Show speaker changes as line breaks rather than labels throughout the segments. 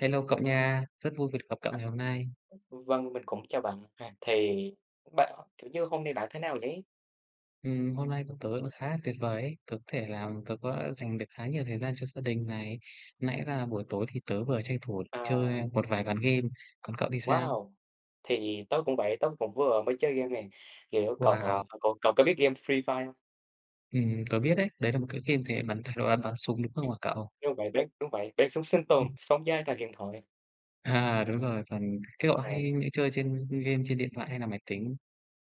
Hello cậu nha, rất vui được gặp cậu ngày hôm nay.
Vâng, mình cũng chào bạn ha. Bạn hôm nay bạn thế nào nhỉ?
Hôm nay của tớ cũng khá là tuyệt vời ấy. Tớ có dành được khá nhiều thời gian cho gia đình này. Nãy là buổi tối thì tớ vừa tranh thủ
À,
chơi một vài ván game, còn cậu thì sao?
wow! Thì tớ cũng vậy, tớ cũng vừa mới chơi game này. Kiểu, cậu,
Wow,
cậu cậu có biết game Free Fire không?
tớ biết đấy, đấy là một cái game thể loại bắn súng đúng không
Ừm,
hả cậu?
Đúng vậy đấy, đúng vậy, bắn súng sinh tồn,
Ừm.
sống dai toàn điện thoại.
À đúng rồi, còn cái cậu
Ờ,
hay những chơi trên game trên điện thoại hay là máy tính?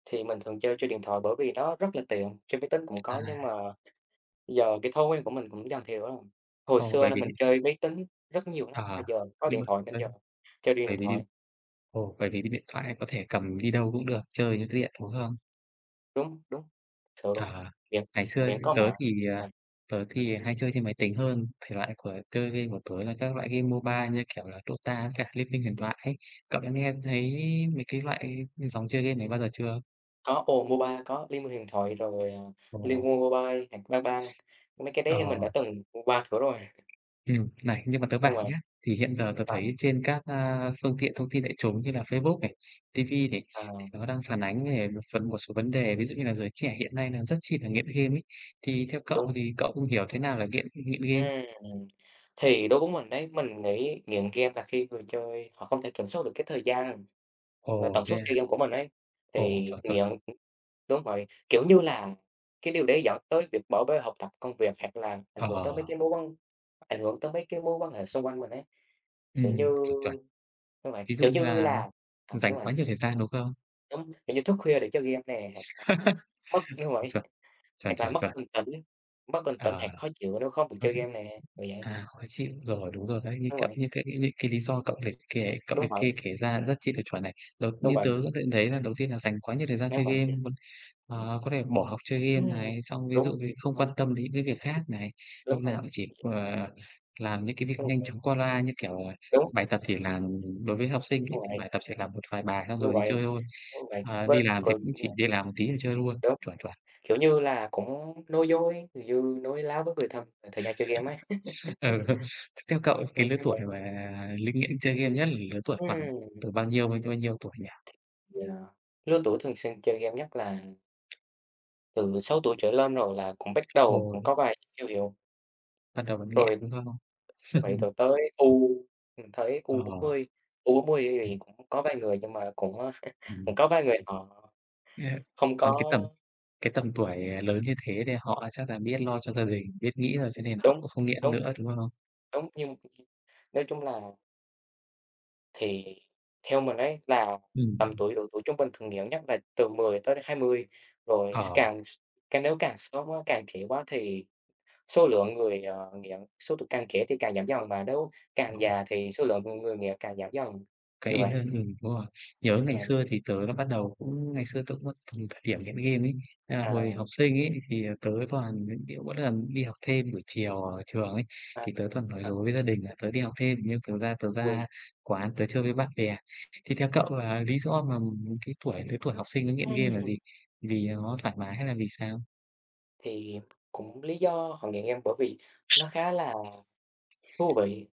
thì mình thường chơi trên điện thoại bởi vì nó rất là tiện, trên máy tính cũng
À,
có nhưng mà giờ cái thói quen của mình cũng dần thay rồi. Hồi
ồ
xưa
bởi
là
vì
mình chơi máy tính rất nhiều lắm, mà
à,
giờ có
nhưng
điện
mà
thoại nên
bởi
giờ chơi điện
bởi vì
thoại.
ồ bởi vì cái điện thoại có thể cầm đi đâu cũng được, chơi những cái điện đúng không?
Đúng, đúng, sự luôn,
Ờ,
miễn
ngày xưa
miễn có
tớ
mạng,
thì, à,
rồi
tớ thì hay chơi trên máy tính hơn, thể loại của chơi game của tớ là các loại game MOBA như kiểu là Dota với cả Liên minh huyền thoại ấy. Cậu đã nghe thấy mấy cái loại dòng chơi game này bao giờ chưa?
có ồ Mobile, có Liên Minh Huyền Thoại rồi, Liên
Ồ,
Quân Mobile, hạt Bang Bang, mấy cái đấy thì mình đã
ờ,
từng qua thử rồi.
này, nhưng mà tớ
Đúng
bảo
rồi,
nhá, thì hiện giờ tớ
à,
thấy trên các, phương tiện thông tin đại chúng như là Facebook này, ti vi này, thì
à,
nó đang phản ánh về một phần một số vấn đề, ví dụ như là giới trẻ hiện nay là rất chi là nghiện game ấy. Thì theo
đúng,
cậu thì cậu cũng hiểu thế nào là nghiện nghiện game?
ừm. Thì đối với mình đấy, mình nghĩ nghiện game là khi người chơi họ không thể kiểm soát được cái thời gian và
Ồ,
tần
thế
suất
à?
chơi game của mình ấy,
Ồ,
thì
chuẩn.
nghiện đúng vậy, kiểu như là, cái điều đấy dẫn tới việc bỏ bê học tập, công việc hoặc là
Ờ,
ảnh hưởng tới mấy cái mối quan hệ xung quanh mình ấy. Kiểu như
chuẩn, chuẩn.
đúng rồi,
Ví dụ
kiểu
như
như
là
là à, đúng
dành
rồi,
quá nhiều thời gian, đúng không?
đúng, kiểu như thức khuya để chơi game nè, hoặc là đúng rồi,
Chuẩn, chuẩn,
hoặc là
chuẩn, chuẩn.
mất bình tĩnh hoặc
Ờ,
khó chịu nếu không được
ok.
chơi game nè, kiểu vậy.
À, khó chịu rồi, đúng rồi đấy,
Đúng rồi,
như cái những cái lý do cậu liệt kê
đúng vậy,
kể ra rất chi là chuẩn này. Đầu
đúng
như tớ
vậy,
có thể thấy là đầu tiên là dành quá nhiều thời gian
đúng
chơi game,
vậy.
còn, có thể bỏ học chơi game
Ừm,
này, xong ví
đúng,
dụ như không quan
đúng,
tâm đến những cái việc khác này,
đúng
lúc
rồi,
nào cũng chỉ làm những cái việc
đúng,
nhanh chóng qua loa như kiểu,
đúng,
bài tập thì làm đối với học sinh ấy,
đúng
thì
vậy,
bài tập chỉ làm một vài bài xong
đúng
rồi đi
vậy,
chơi thôi,
đúng vậy.
ờ, đi
Với
làm thì
còn
cũng
đúng
chỉ
rồi,
đi làm một tí rồi chơi luôn,
đúng,
chuẩn, chuẩn.
kiểu như là, cũng nói dối, kiểu như, nói láo với người thân, thời gian chơi game ấy.
Ừ. Theo cậu
Đúng
cái lứa
như
tuổi
vậy.
mà linh nghiện chơi game nhất là lứa tuổi khoảng
Ừm,
từ bao nhiêu đến bao nhiêu tuổi nhỉ?
yeah. Lứa tuổi thường xuyên chơi game nhất là Từ 6 tuổi trở lên rồi là cũng bắt đầu cũng
Hồi
có vài hiệu hiệu,
bắt đầu vẫn nghiện,
rồi
đúng không?
như vậy rồi tới U mình thấy
Ờ.
u bốn mươi
Ừm,
thì cũng có vài người nhưng mà cũng, ơ, cũng
ừm.
có vài người họ
Ờ,
không có
còn cái tầm cái
ừm,
tầm tuổi lớn như thế thì họ chắc là biết lo cho gia đình, biết nghĩ rồi cho nên họ
đúng,
cũng không nghiện
đúng,
nữa, đúng không?
đúng, nhưng nói chung là thì theo mình ấy là
Ừm.
tầm tuổi độ tuổi trung bình thường nhiều nhất là từ 10 tới 20. Rồi s
Ờ.
càng s Cái nếu càng sớm quá, càng trễ quá thì số lượng người, ờ, nghiện số tuổi càng trẻ thì càng giảm dần, mà nếu càng
Ờ.
già thì số lượng người nghiện càng giảm dần,
Cái
như vậy.
intern Đúng rồi. Nhớ ngày
Vậy,
xưa thì tớ là bắt đầu cũng ngày xưa tớ cũng tầm thời điểm nghiện game ấy, nên là
à,
hồi học sinh ấy thì, tớ toàn mỗi lần đi học thêm buổi chiều ở trường ấy,
à,
thì tớ toàn nói
à,
dối với gia đình là tớ đi học thêm, nhưng thực ra tớ
quỳ,
ra quán tớ chơi với bạn bè. Thì theo cậu là lý do mà cái tuổi lứa tuổi học sinh nó nghiện game là
ừm,
gì? Vì nó thoải mái hay là vì sao?
thì cũng lý do họ nghiện game bởi vì nó khá là thú vị,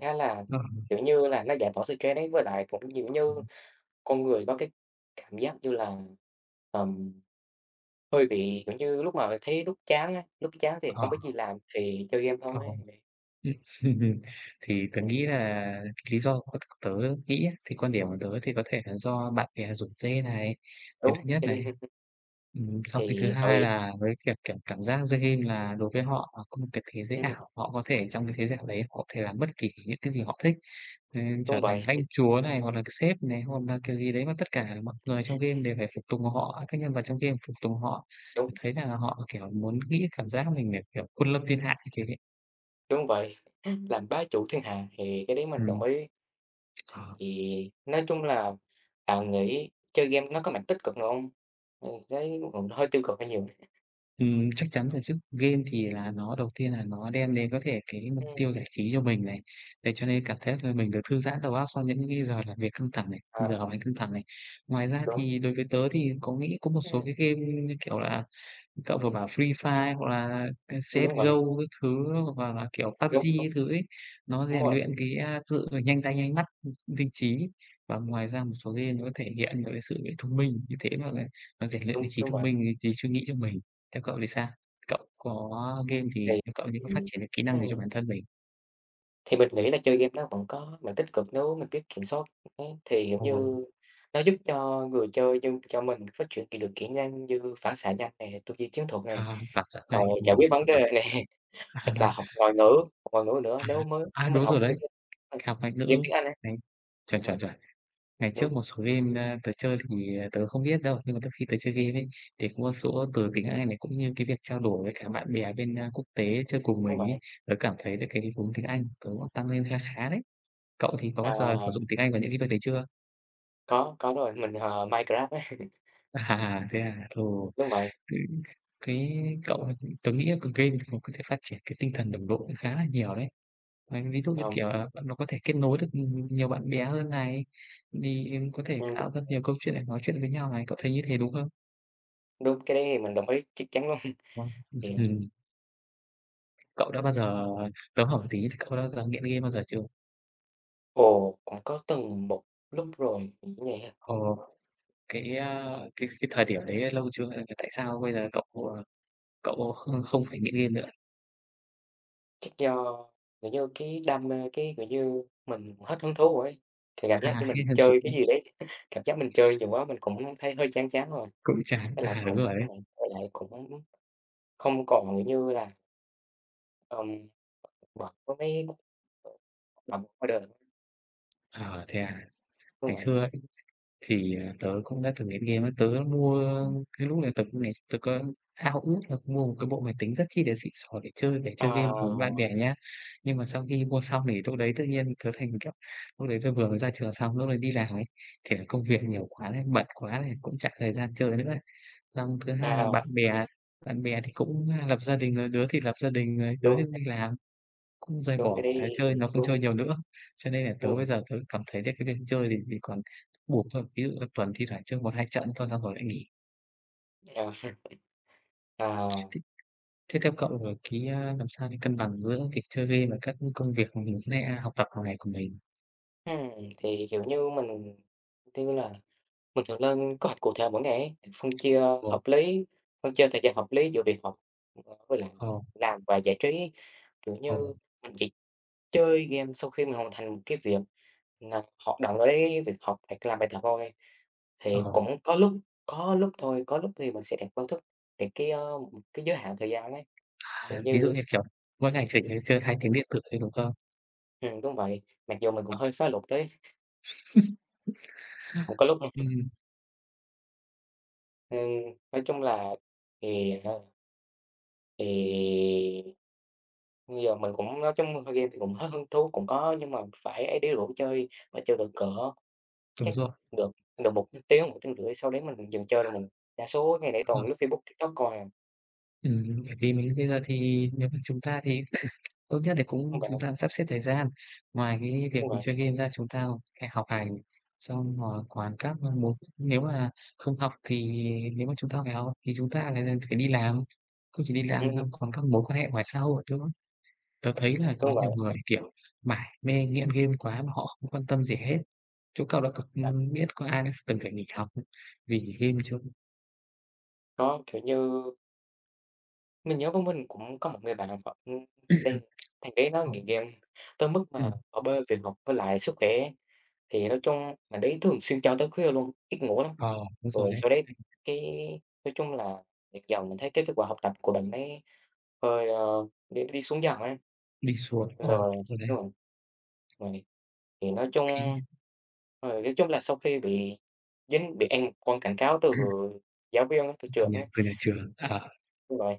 khá là,
Ờ,
kiểu như là, nó giải tỏa stress ấy, với lại cũng, kiểu như, con người có cái cảm giác như là, ờm, hơi bị, kiểu như, lúc mà thấy lúc chán á, lúc chán thì không
ờ,
có gì làm thì chơi game thôi,
ờ. Ừm, thì tớ
ừm,
nghĩ là cái lý do của tớ nghĩ á, thì quan điểm của tớ thì có thể là do bạn bè rủ rê này, cái
đúng,
thứ nhất
chơi
này.
đi
Xong cái thứ
thì tại
hai
vì
là với việc, kiểu, cảm giác chơi game là đối với họ là có một cái thế giới
ừm.
ảo, họ có thể trong cái thế giới ảo đấy họ có thể làm bất kỳ những cái gì họ thích, nên trở
Đúng
thành
vậy,
lãnh chúa này, hoặc là cái sếp này, hoặc là kiểu gì đấy mà tất cả mọi người trong game đều phải phục tùng họ, các nhân vật trong game phục tùng họ.
đúng,
Thấy là họ, kiểu, muốn nghĩ cảm giác mình là, kiểu, quân lâm thiên hạ như thế đấy.
đúng vậy. Làm bá chủ thiên hạ thì cái đấy mình đồng
Ừm.
ý.
Ờ.
Thì nói chung là bạn nghĩ chơi game nó có mặt tích cực nào hông? Mình thấy cũng hơi tiêu cực hơi nhiều.
Chắc chắn rồi chứ. Game thì là nó đầu tiên là nó đem đến có thể cái mục
Ừm,
tiêu giải trí cho mình này, để cho nên cảm thấy là mình được thư giãn đầu óc sau những cái giờ làm việc căng thẳng này,
à,
giờ học hành căng thẳng này. Ngoài ra
đúng,
thì đối với tớ thì có nghĩ có một
ừm,
số cái game như kiểu là cậu vừa bảo Free Fire hoặc là cái
đúng vậy,
CS:GO các thứ, hoặc là, kiểu,
đúng,
PUBG
đúng,
các thứ ấy, nó
đúng
rèn
rồi,
luyện cái sự nhanh tay nhanh mắt, linh trí. Và ngoài ra một số game nó thể hiện được cái sự thông minh, như thế mà là nó rèn luyện cái
đúng,
trí
đúng
thông
vậy.
minh, cái trí suy nghĩ cho mình. Theo cậu thì sao? Cậu có game thì
Thì,
theo cậu thì có phát
ừm,
triển được kỹ năng gì cho bản thân mình?
thì Mình nghĩ là chơi game nó vẫn có mặt tích cực nếu mình biết kiểm soát. Ấy, thì, kiểu
Ồ,
như, nó giúp cho người chơi như cho mình phát triển kỹ được kỹ năng như phản xạ nhanh này, tư duy chiến thuật này,
vặt giận
ờ,
đây,
giải
ồ,
quyết vấn
chuẩn,
đề
chuẩn.
này. Hoặc là học ngoại ngữ, Học ngoại ngữ nữa
À, à, à,
nếu mình
đúng
học
rồi đấy,
mấy cái ừm,
học ngoại ngữ,
game tiếng Anh ấy,
đấy, chuẩn,
ngoài
chuẩn, chuẩn. Ngày
đúng,
trước một số game, tớ chơi thì, tớ không biết đâu, nhưng mà từ khi tớ chơi game ấy, thì cũng có số từ tiếng Anh này, cũng như cái việc trao đổi với cả bạn bè bên, quốc
ừm,
tế chơi
ừm,
cùng
đúng
mình ấy,
vậy.
tớ cảm thấy được cái vốn tiếng Anh tớ cũng tăng lên khá khá đấy. Cậu thì có bao giờ
À,
sử dụng tiếng Anh vào những cái việc đấy chưa?
có rồi, mình, ờ, Minecraft ấy,
À, thế à? Ừ,
đúng vậy,
cái cái cậu tớ nghĩ là cái game thì nó có thể phát triển cái tinh thần đồng đội cũng khá là nhiều đấy. Đấy, ví dụ như,
ờm,
kiểu là, nó có thể kết nối được, nhiều bạn bè hơn này, thì có thể
ừm,
tạo ra nhiều câu chuyện để nói chuyện với nhau này, cậu thấy như thế đúng không?
đúng, cái đấy thì mình đồng ý, chắc chắn luôn.
Vâng.
Thì
Ừm, cậu đã bao giờ tớ hỏi một tí, cậu đã bao giờ nghiện game bao giờ chưa?
ồ, cũng có từng một lúc rồi, mình nghĩ vậy ha,
Ờ, cái, a, cái cái thời điểm đấy lâu chưa? Hay là tại sao bây giờ cậu không không phải nghiện game nữa?
chắc do, kiểu như, cái đam mê, kiểu như, mình hết hứng thú rồi ấy, thì cảm
À,
giác như
hết
mình
thân thuộc
chơi cái gì đấy, cảm giác mình chơi nhiều quá mình cũng thấy hơi chán chán rồi,
cũng chán.
với lại
À, đúng
cũng đúng
rồi đấy.
vậy, với lại cũng không còn, kiểu như là ừm, bật có mấy cuộc động ngoài đời
Ờ, thế à?
đúng
Ngày
vậy.
xưa Thì, à, tớ cũng đã thử nghiệm game ấy, tớ mua
Ừm.
cái lúc này tớ cũng ngày tớ có ao ước là mua một cái bộ máy tính rất chi là xịn sò để chơi
Ờ,
game cùng
ừm.
bạn bè nhá. Nhưng mà sau khi mua xong thì lúc đấy tự nhiên tớ thành, kiểu, lúc đấy tớ vừa mới ra trường xong, lúc đấy đi làm ấy, thì là công việc nhiều quá này bận quá này, cũng chả thời gian chơi nữa ấy. Xong thứ hai là
À,
bạn bè thì cũng, lập gia đình rồi, đứa thì lập gia đình rồi, đứa
đúng,
thì cũng đi làm. Cũng rời
đúng, cái
bỏ cái
đấy
chơi,
thì
nó không
đúng,
chơi nhiều nữa. Cho nên là
đúng
tớ
rồi.
bây giờ tớ cảm thấy là cái việc chơi thì mình còn buộc thôi, ví dụ là tuần thi thoảng chơi một 2 trận thôi xong rồi lại nghỉ.
Ờ, ờ,
Thế thế theo cậu là cái, làm sao để cân bằng giữa việc chơi game và các công việc của mình với lại học tập hàng ngày của mình?
ừm, thì, kiểu như, mình như là mình thường lên kế hoạch cụ thể mỗi ngày ấy,
Ồ,
hợp lý, phân chia thời gian hợp lý giữa việc học, ờ, với lại
ồ
làm và giải trí. Kiểu
ồ
như, mình chỉ chơi game sau khi mình hoàn thành một cái việc là hoạt động đấy, việc học hoặc làm bài tập thôi, thì
ờ,
cũng có lúc, có lúc thì mình sẽ đặt báo thức để một cái giới hạn thời gian ấy, kiểu
à, ví dụ
như
như, kiểu, mỗi ngày chỉ chơi 2 tiếng điện tử thôi, đúng không?
đúng vậy, mặc dù mình cũng
Ờ,
hơi phá luật đấy, cũng có lúc nha. Ừm, nói chung là thì, ờ, thì bây giờ mình cũng nói chung, ơ, game thì cũng hết hứng thú, cũng có nhưng mà phải ấy đi rủ chơi mà chơi được cỡ
đúng
Chắc
rồi,
được được một tiếng rưỡi, sau đấy mình dừng chơi rồi mình đa số ngày nãy
đúng
toàn
rồi.
lướt Facebook, TikTok không à.
Bởi vì mình bây giờ thì nếu mà chúng ta thì tốt nhất thì
Đúng
cũng
vậy,
chúng ta sắp xếp thời gian, ngoài cái việc
đúng
mình
vậy,
chơi game ra chúng ta phải học hành, xong rồi còn các môn muốn nếu mà không học thì nếu mà chúng ta phải học thì chúng ta lại là phải đi làm, không chỉ đi làm
ừm,
xong còn các mối quan hệ ngoài xã hội nữa. Tớ thấy là có
đúng
nhiều
vậy.
người, kiểu, mải mê nghiện game quá mà họ không quan tâm gì hết. Chỗ cậu đã có
À,
biết có ai đã từng phải nghỉ học vì game chưa?
nó, kiểu như, mình nhớ với mình cũng có một người bạn họ, đang thằng đấy nó
Ờ,
nghiện game tới mức mà
ừm,
bỏ bê việc học với lại sức khỏe ấy, thì nói chung thằng đấy thường xuyên chơi tới khuya luôn, ít ngủ lắm.
ờ, đúng rồi
Rồi
đấy,
sau đấy cái nói chung là dần dần mình thấy cái kết quả học tập của bạn ấy hơi, ơ, đi đi xuống dần ấy.
đi xuống, ờ, đúng
Rồi
rồi đấy,
đúng rồi, rồi. Thì nói chung
khi
Ờ, nói chung là sau khi bị ăn con cảnh cáo từ
ừm,
giáo viên á, từ
từ
trường
nhà
ấy
từ nhà trường, ờ.
đúng rồi,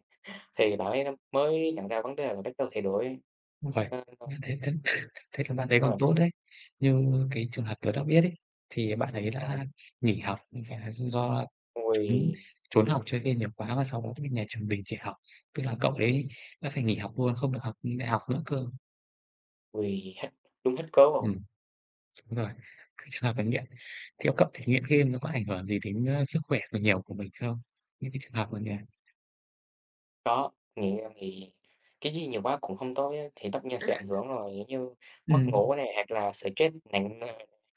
thì bạn ấy mới nhận ra vấn đề và bắt đầu thay đổi.
Đúng vậy,
Ờ, ờ.
bạn thấy thế thế là bạn ấy
Đúng
còn
rồi,
tốt đấy. Như cái trường hợp tớ đã biết ấy, thì bạn ấy
à,
đã nghỉ học, nhưng phải là do trốn
người
trốn học chơi game nhiều quá và sau đó thì nhà trường đình chỉ học, tức là cậu đấy đã phải nghỉ học luôn, không được học đại học nữa cơ.
người hết đúng hết cớ rồi.
Ừm, đúng rồi, cái trường hợp là nghiện. Theo cậu thì nghiện game nó có ảnh hưởng gì đến, sức khỏe của nhiều của mình không? Những cái trường hợp mà nhà
Đó, nghiện em thì cái gì nhiều quá cũng không tốt á, thì tất nhiên sẽ ảnh hưởng rồi, giống như mất
ừm,
ngủ này, hoặc là stress nặng nề.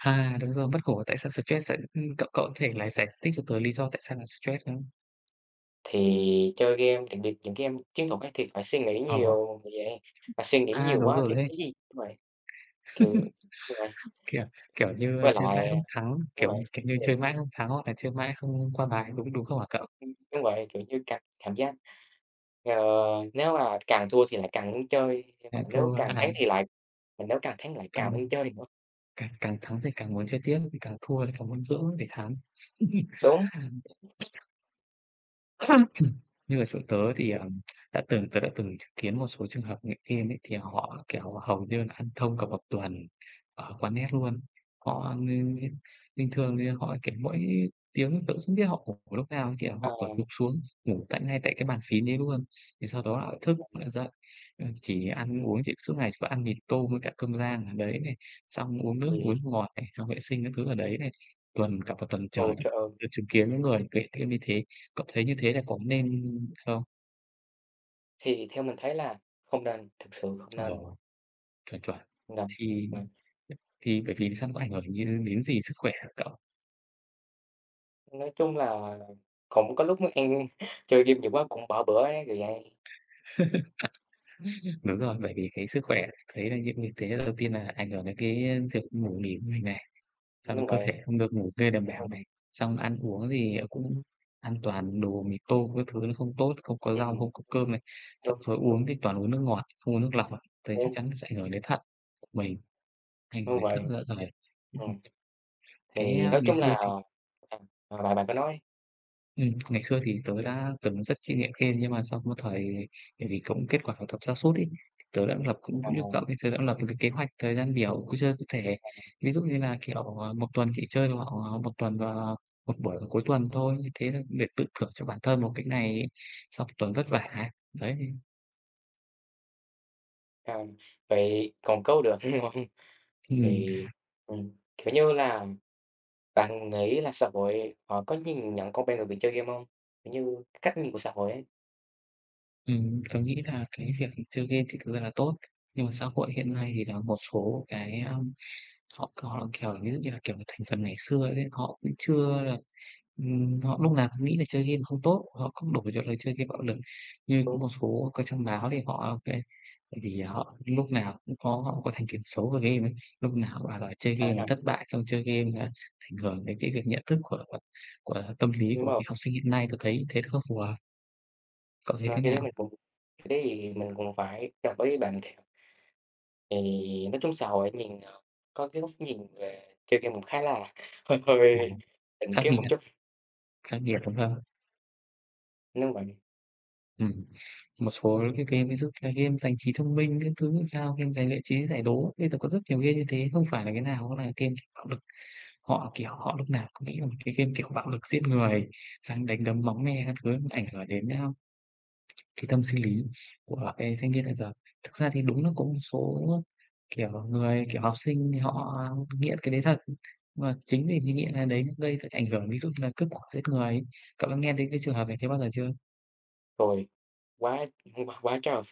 à, đúng rồi, mất ngủ tại sao stress lại cậu cậu có thể là giải thích cho tớ lý do tại sao là stress không?
Thì chơi game, đặc biệt những game chiến thuật ấy thì phải suy nghĩ
Ờ,
nhiều, như vậy, mà suy nghĩ
à,
nhiều
đúng
quá thì
rồi đấy.
cái gì cũng vậy. Kiểu đúng vậy,
Kiểu, kiểu như,
với lại
chơi mãi không thắng,
đúng
kiểu
vậy
kiểu như,
đúng rồi,
chơi mãi không thắng hoặc là chơi mãi không qua bài, đúng đúng không hả cậu?
ưm, đúng vậy, kiểu như, cảm cảm giác, ờ, nếu mà càng thua thì lại càng muốn chơi, nhưng
À,
mà nếu
thua
càng
à,
thắng thì lại mà nếu càng thắng lại
cảm
càng
ơn,
muốn chơi nữa.
càng càng thắng thì càng muốn chơi tiếp, càng thua thì càng muốn gỡ để thắng.
Đúng,
Như mà chỗ tớ thì, đã từng tớ đã từng chứng kiến một số trường hợp nghiện game ấy, thì họ, kiểu, hầu như là ăn thông cả một tuần ở quán net luôn. Họ ng Bình thường thì họ, kiểu, mỗi tiếng tớ không biết họ ngủ lúc nào, thì
ờ,
họ, gục xuống, ngủ ngay tại cái bàn phím đấy luôn. Thì sau đó lại thức dậy, chỉ ăn uống chỉ suốt ngày chỉ có ăn mì tôm với cả cơm rang ở đấy này, xong uống nước
vì
ngọt này, xong vệ sinh các thứ ở đấy này, cả một tuần
ồ,
trời.
trời ơi,
Tớ chứng kiến những người nghiện game như thế. Cậu thấy như thế là có nên không?
thì theo mình thấy là không nên, thực sự không
Ờ,
nên,
chuẩn, chuẩn.
nên
Thì
ừm,
thì bởi vì sao nó có ảnh hưởng đến sức khỏe hả cậu?
nói chung là cũng có lúc muốn ăn chơi game nhiều quá cũng bỏ bữa ấy, kiểu vậy.
Đúng rồi, bởi vì cái sức khỏe thấy là những việc thế đầu tiên là ảnh hưởng đến cái việc ngủ nghỉ của mình này, xong rồi
Đúng
cơ
vậy,
thể không được ngủ nghê đảm
đúng
bảo
vậy,
này, xong ăn uống thì cũng ăn toàn đồ mì tôm các thứ nó không tốt, không có rau,
ừm,
không có cơm này, xong
đúng,
rồi
đúng
uống
vậy,
thì toàn uống nước ngọt, không uống nước lọc, thấy chắc
đúng,
chắn nó sẽ ảnh hưởng đến thận của mình, ảnh hưởng
đúng
đến thận,
vậy,
dạ dày. Ừm,
ừm,
cái
thì
à,
nói
ngày
chung là
xưa.
à, ờ, bạn bạn cứ nói
Ngày xưa thì tớ đã từng rất chuyên nghiệm game, nhưng mà sau một thời bởi vì cũng kết quả học tập sa sút ấy, tớ đã lập cũng cũng như cậu
hông,
thì tớ đã lập một cái kế hoạch thời gian biểu cứ chơi cụ thể. Ví dụ như là, kiểu, 1 tuần chỉ chơi được khoảng một tuần và một buổi vào cuối tuần thôi, như thế là để tự thưởng cho bản thân một cái ngày sau một tuần vất vả. Đấy,
hông, vậy còn câu được, đúng hông?
ừm,
Thì, ừm, kiểu như là, bạn nghĩ là xã hội họ có nhìn nhận con bé người bị chơi game không? Kiểu như, cách nhìn của xã hội ấy,
tớ nghĩ là cái việc chơi game thì thực ra là tốt, nhưng mà xã hội hiện nay thì là một số cái, họ họ, kiểu, ví dụ như là, kiểu, thành phần ngày xưa đấy, họ cũng chưa là. Họ lúc nào cũng nghĩ là chơi game không tốt, họ không đổ cho là chơi game bạo lực. Như
đúng không?
một số có trong báo thì họ kê, tại vì họ lúc nào cũng có họ có thành kiến xấu về game ấy, lúc nào bảo là chơi
À,
game là
à,
thất bại, xong chơi game là ảnh hưởng đến cái việc nhận thức của tâm lý
đúng
của
rồi,
cái học sinh hiện nay. Tôi thấy thế nó không phù hợp, cậu thấy
ờ,
thế nào?
cái đấy thì mình cũng phải đồng ý với bạn thiệt. Thì nói chung xã hội nhìn, ờ, có cái góc nhìn về chơi game cũng khá là hơi hơi
Ồ,
định
khắc
kiến một
nghiệt,
chút,
khắc nghiệt, đúng không?
nếu vậy
Ừm, Một số cái game ví dụ là game giành trí thông minh cái thứ như sao, game giành luyện trí giải đố, bây giờ có rất nhiều game như thế, không phải là cái nào cũng là game bạo lực. Họ, kiểu, họ lúc nào cũng nghĩ là một cái game, kiểu, bạo lực giết người, sang đánh đấm máu me các thứ ảnh hưởng đến, cái tâm sinh lý của cái thanh niên hiện giờ. Thực ra thì đúng là có một số, kiểu, người, kiểu, học sinh thì họ nghiện cái đấy thật, mà chính vì cái nghiện cái đấy gây ra ảnh hưởng, ví dụ như là cướp của giết người. Cậu đã nghe đến cái trường hợp này thế bao giờ chưa?
rồi quá quá quá trời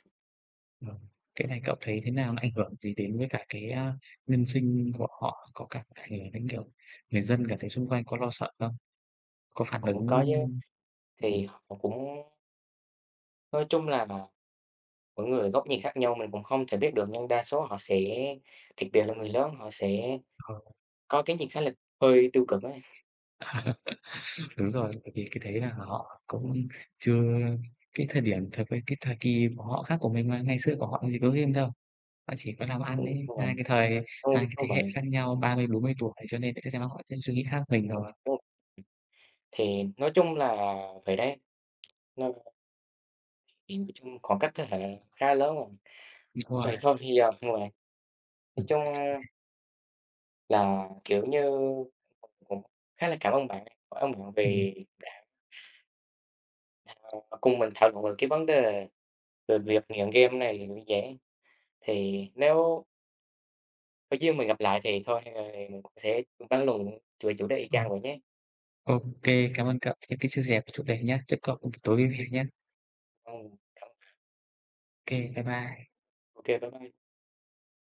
Ờ, cái này cậu thấy thế nào? Nó ảnh hưởng gì đến với cả cái, nhân sinh của họ? Có cả ảnh hưởng đến, kiểu, người dân cảm thấy xung quanh có lo sợ không? Có phản ứng,
cũng có chứ.
ừm,
Thì họ cũng nói chung là mỗi người góc nhìn khác nhau mình cũng không thể biết được, nhưng đa số họ sẽ đặc biệt là người lớn, họ sẽ
ờ.
có cái nhìn khá là hơi tiêu cực ấy.
Đúng rồi, bởi vì cái đấy là họ cũng chưa, cái thời điểm thời cái thời kỳ của họ khác của mình mà, ngày xưa của họ làm gì có game đâu, họ chỉ có làm ăn đấy,
Đúng rồi, đúng,
hai cái
đúng
thế hệ
vậy,
khác nhau 30 40 tuổi, cho nên là chắc chắn là họ sẽ suy nghĩ khác mình rồi.
đúng. Thì nói chung là vậy đấy, nên thì nói chung khoảng cách thế hệ khá lớn rồi.
Đúng rồi,
Vậy thôi thì, giờ đúng rồi, nói
ừm,
chung là, kiểu như, cũng khá là cảm ơn bạn
ừm,
vì đã cùng mình thảo luận về cái vấn đề về việc nghiện game này, kiểu như vậy. Thì nếu Thôi chứ mình gặp lại thì thôi, hay là mình cũng sẽ cũng tán lùng, chửi chủ đề y
ừm.
chang vậy nhé.
Ô kê, cảm ơn cậu cho cái chia sẻ về chủ đề nhá, chúc cậu một buổi tối vui vẻ nhá.
Ừm,
Ô kê, bye bye.
OK, bye bye.